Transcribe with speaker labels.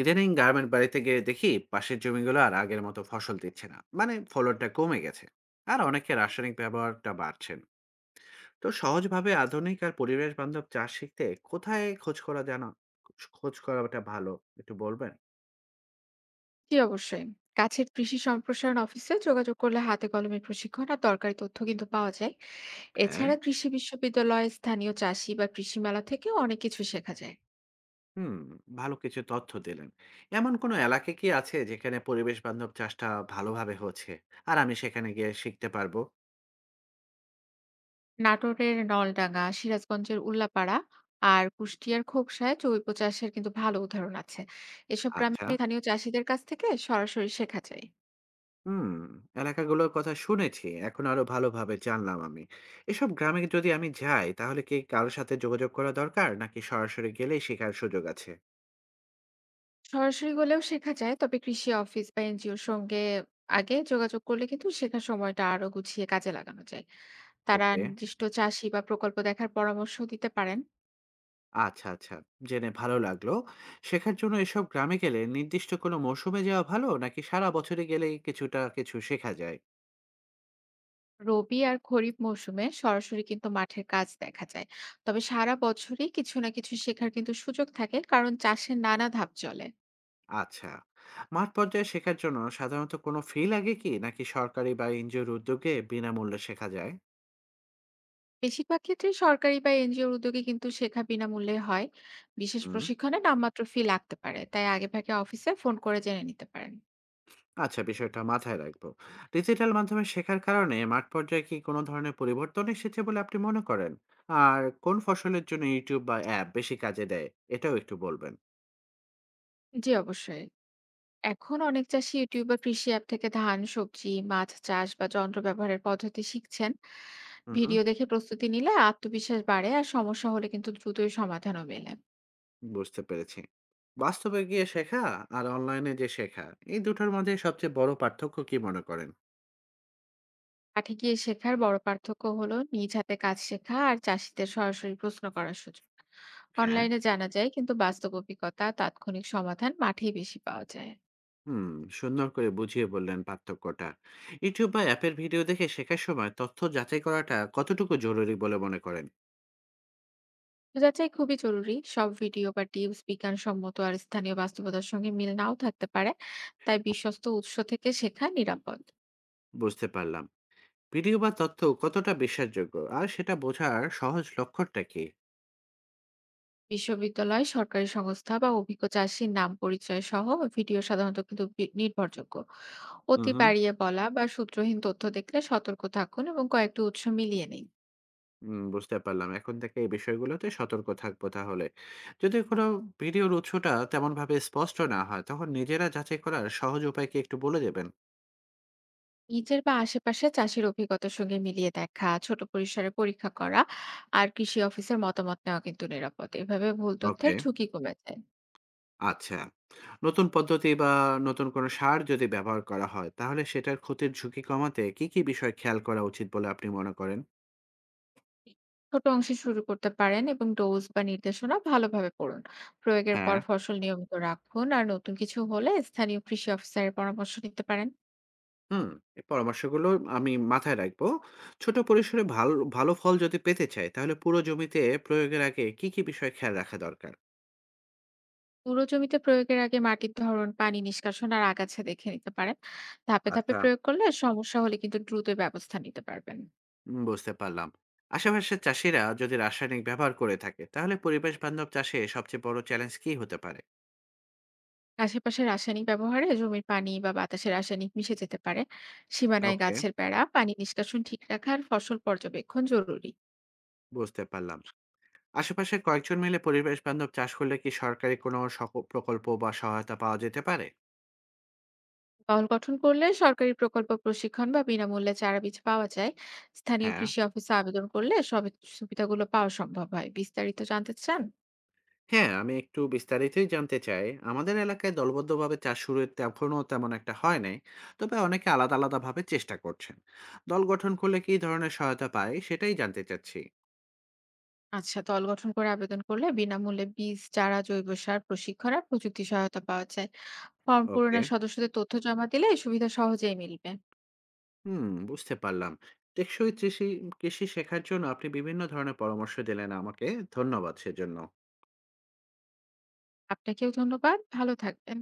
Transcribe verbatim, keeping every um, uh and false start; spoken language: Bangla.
Speaker 1: ইদানিং গার্মেন্ট বাড়িতে গিয়ে দেখি পাশের জমিগুলো আর আগের মতো ফসল দিচ্ছে না, মানে ফলনটা কমে গেছে। আর অনেকে রাসায়নিক ব্যবহারটা বাড়ছেন। তো সহজভাবে আধুনিক আর পরিবেশ বান্ধব চাষ শিখতে কোথায় খোঁজ করা, জানা, খোঁজ করাটা ভালো, একটু বলবেন।
Speaker 2: জি অবশ্যই। কাছের কৃষি সম্প্রসারণ অফিসে যোগাযোগ করলে হাতে কলমে প্রশিক্ষণ আর দরকারি তথ্য কিন্তু পাওয়া যায়।
Speaker 1: হ্যাঁ।
Speaker 2: এছাড়া কৃষি বিশ্ববিদ্যালয়, স্থানীয় চাষী বা কৃষি মেলা থেকে অনেক কিছু শেখা যায়।
Speaker 1: হুম। ভালো কিছু তথ্য দিলেন। এমন কোনো এলাকা কি আছে যেখানে পরিবেশ বান্ধব চাষটা ভালোভাবে হচ্ছে আর আমি সেখানে গিয়ে শিখতে পারবো?
Speaker 2: নাটোরের নলডাঙ্গা, সিরাজগঞ্জের উল্লাপাড়া আর কুষ্টিয়ার খোকসায় জৈব চাষের কিন্তু ভালো উদাহরণ আছে। এসব গ্রামে
Speaker 1: আচ্ছা।
Speaker 2: স্থানীয় চাষীদের কাছ থেকে সরাসরি শেখা যায়।
Speaker 1: হুম, এলাকাগুলোর কথা শুনেছি। এখন আরো ভালোভাবে জানলাম আমি। এসব গ্রামে যদি আমি যাই, তাহলে কি কারো সাথে যোগাযোগ করা দরকার? নাকি সরাসরি গেলেই শেখার সুযোগ আছে?
Speaker 2: সরাসরি হলেও শেখা যায়, তবে কৃষি অফিস বা এনজিওর সঙ্গে আগে যোগাযোগ করলে কিন্তু শেখার সময়টা আরো গুছিয়ে কাজে লাগানো যায়। তারা
Speaker 1: ওকে।
Speaker 2: নির্দিষ্ট চাষি বা প্রকল্প দেখার পরামর্শ দিতে পারেন।
Speaker 1: আচ্ছা, আচ্ছা। জেনে ভালো লাগলো। শেখার জন্য এসব গ্রামে গেলে নির্দিষ্ট কোনো মৌসুমে যাওয়া ভালো? নাকি সারা বছরে গেলেই কিছুটা কিছু শেখা যায়?
Speaker 2: রবি আর খরিফ মৌসুমে সরাসরি কিন্তু মাঠের কাজ দেখা যায়। তবে সারা বছরই কিছু না কিছু শেখার কিন্তু সুযোগ থাকে কারণ চাষের নানা ধাপ চলে।
Speaker 1: আচ্ছা। মাঠ পর্যায়ে শেখার জন্য সাধারণত কোনো ফি লাগে কি? নাকি সরকারি বা এনজিওর উদ্যোগে বিনামূল্যে শেখা যায়?
Speaker 2: বেশিরভাগ ক্ষেত্রে সরকারি বা এনজিওর উদ্যোগে কিন্তু শেখা বিনামূল্যে হয়। বিশেষ
Speaker 1: হুম।
Speaker 2: প্রশিক্ষণে নামমাত্র ফি লাগতে পারে। তাই আগেভাগে অফিসে ফোন করে জেনে নিতে পারেন।
Speaker 1: আচ্ছা, বিষয়টা মাথায় রাখবো। ডিজিটাল মাধ্যমে শেখার কারণে মাঠ পর্যায়ে কি কোনো ধরনের পরিবর্তন এসেছে বলে আপনি মনে করেন? আর কোন ফসলের জন্য ইউটিউব বা অ্যাপ বেশি কাজে দেয়? এটাও একটু বলবেন।
Speaker 2: জি, অবশ্যই। এখন অনেক চাষি ইউটিউব বা কৃষি অ্যাপ থেকে ধান, সবজি, মাছ চাষ বা যন্ত্র ব্যবহারের পদ্ধতি শিখছেন।
Speaker 1: হুম, হুম,
Speaker 2: ভিডিও দেখে প্রস্তুতি নিলে আত্মবিশ্বাস বাড়ে আর সমস্যা হলে কিন্তু দ্রুতই সমাধানও মেলে।
Speaker 1: বুঝতে পেরেছি। বাস্তবে গিয়ে শেখা আর অনলাইনে যে শেখা, এই দুটোর মধ্যে সবচেয়ে বড় পার্থক্য কি মনে করেন?
Speaker 2: পাঠে গিয়ে শেখার বড় পার্থক্য হলো নিজ হাতে কাজ শেখা আর চাষিদের সরাসরি প্রশ্ন করার সুযোগ।
Speaker 1: হ্যাঁ।
Speaker 2: অনলাইনে জানা যায়, কিন্তু বাস্তব অভিজ্ঞতা তাৎক্ষণিক সমাধান মাঠেই বেশি পাওয়া যায়।
Speaker 1: হুম, সুন্দর করে বুঝিয়ে বললেন পার্থক্যটা। ইউটিউব বা অ্যাপের ভিডিও দেখে শেখার সময় তথ্য যাচাই করাটা কতটুকু জরুরি বলে মনে করেন?
Speaker 2: তো যাচাই খুবই জরুরি, সব ভিডিও বা টিপস বিজ্ঞানসম্মত আর স্থানীয় বাস্তবতার সঙ্গে মিল নাও থাকতে পারে। তাই বিশ্বস্ত উৎস থেকে শেখা নিরাপদ।
Speaker 1: বুঝতে পারলাম। ভিডিও বা তথ্য কতটা বিশ্বাসযোগ্য আর সেটা বোঝার সহজ লক্ষণটা কি?
Speaker 2: বিশ্ববিদ্যালয়, সরকারি সংস্থা বা অভিজ্ঞ চাষীর নাম পরিচয় সহ ভিডিও সাধারণত কিন্তু বি- নির্ভরযোগ্য।
Speaker 1: হুম,
Speaker 2: অতি
Speaker 1: হুম।
Speaker 2: বাড়িয়ে বলা বা সূত্রহীন তথ্য দেখলে সতর্ক থাকুন এবং কয়েকটি উৎস মিলিয়ে নিন।
Speaker 1: উম, বুঝতে পারলাম, এখন থেকে এই বিষয়গুলোতে সতর্ক থাকবো তাহলে। যদি কোনো ভিডিওর উৎসটা তেমন ভাবে স্পষ্ট না হয়, তখন নিজেরা যাচাই করার সহজ উপায় কি একটু বলে দেবেন?
Speaker 2: নিজের বা আশেপাশে চাষির অভিজ্ঞতার সঙ্গে মিলিয়ে দেখা, ছোট পরিসরে পরীক্ষা করা আর কৃষি অফিসের মতামত নেওয়া কিন্তু নিরাপদ। এভাবে ভুল তথ্যের
Speaker 1: ওকে।
Speaker 2: ঝুঁকি কমে যায়।
Speaker 1: আচ্ছা। নতুন পদ্ধতি বা নতুন কোনো সার যদি ব্যবহার করা হয়, তাহলে সেটার ক্ষতির ঝুঁকি কমাতে কি কি বিষয় খেয়াল করা উচিত বলে আপনি মনে করেন?
Speaker 2: ছোট অংশে শুরু করতে পারেন এবং ডোজ বা নির্দেশনা ভালোভাবে পড়ুন। প্রয়োগের পর
Speaker 1: হ্যাঁ।
Speaker 2: ফসল নিয়মিত রাখুন আর নতুন কিছু হলে স্থানীয় কৃষি অফিসারের পরামর্শ নিতে পারেন।
Speaker 1: হুম, এই পরামর্শগুলো আমি মাথায় রাখবো। ছোট পরিসরে ভাল ভালো ফল যদি পেতে চাই, তাহলে পুরো জমিতে প্রয়োগের আগে কী, কী বিষয় খেয়াল রাখা দরকার?
Speaker 2: পুরো জমিতে প্রয়োগের আগে মাটির ধরন, পানি নিষ্কাশন আর আগাছা দেখে নিতে পারেন। ধাপে ধাপে
Speaker 1: আচ্ছা।
Speaker 2: প্রয়োগ করলে সমস্যা হলে কিন্তু দ্রুত ব্যবস্থা নিতে পারবেন।
Speaker 1: উম বুঝতে পারলাম। আশেপাশের চাষীরা যদি রাসায়নিক ব্যবহার করে থাকে, তাহলে পরিবেশ বান্ধব চাষে সবচেয়ে বড় চ্যালেঞ্জ কী হতে পারে?
Speaker 2: আশেপাশে রাসায়নিক ব্যবহারে জমির পানি বা বাতাসে রাসায়নিক মিশে যেতে পারে। সীমানায়
Speaker 1: ওকে,
Speaker 2: গাছের বেড়া, পানি নিষ্কাশন ঠিক রাখা আর ফসল পর্যবেক্ষণ জরুরি।
Speaker 1: বুঝতে পারলাম। আশেপাশের কয়েকজন মিলে পরিবেশ বান্ধব চাষ করলে কি সরকারি কোনো সক প্রকল্প বা সহায়তা পাওয়া যেতে পারে?
Speaker 2: দল গঠন করলে সরকারি প্রকল্প, প্রশিক্ষণ বা বিনামূল্যে চারাবীজ পাওয়া যায়। স্থানীয়
Speaker 1: হ্যাঁ।
Speaker 2: কৃষি অফিসে আবেদন করলে সব সুবিধাগুলো পাওয়া সম্ভব হয়। বিস্তারিত জানতে চান?
Speaker 1: হ্যাঁ, আমি একটু বিস্তারিতই জানতে চাই। আমাদের এলাকায় দলবদ্ধভাবে চাষ শুরু এখনো তেমন একটা হয় নাই। তবে অনেকে আলাদা, আলাদাভাবে চেষ্টা করছেন। দল গঠন করলে কী ধরনের সহায়তা পায়, সেটাই জানতে চাচ্ছি।
Speaker 2: আচ্ছা, দল গঠন করে আবেদন করলে বিনামূল্যে বীজ, চারা, জৈব সার, প্রশিক্ষণ আর প্রযুক্তি সহায়তা পাওয়া যায়। Form
Speaker 1: okay.
Speaker 2: পূরণের সদস্যদের তথ্য জমা দিলে এই সুবিধা সহজেই মিলবে।
Speaker 1: হুম, বুঝতে পারলাম। টেকসই কৃষি, কৃষি শেখার জন্য আপনি বিভিন্ন ধরনের পরামর্শ দিলেন আমাকে। ধন্যবাদ সেজন্য।
Speaker 2: আপনাকেও ধন্যবাদ, ভালো থাকবেন।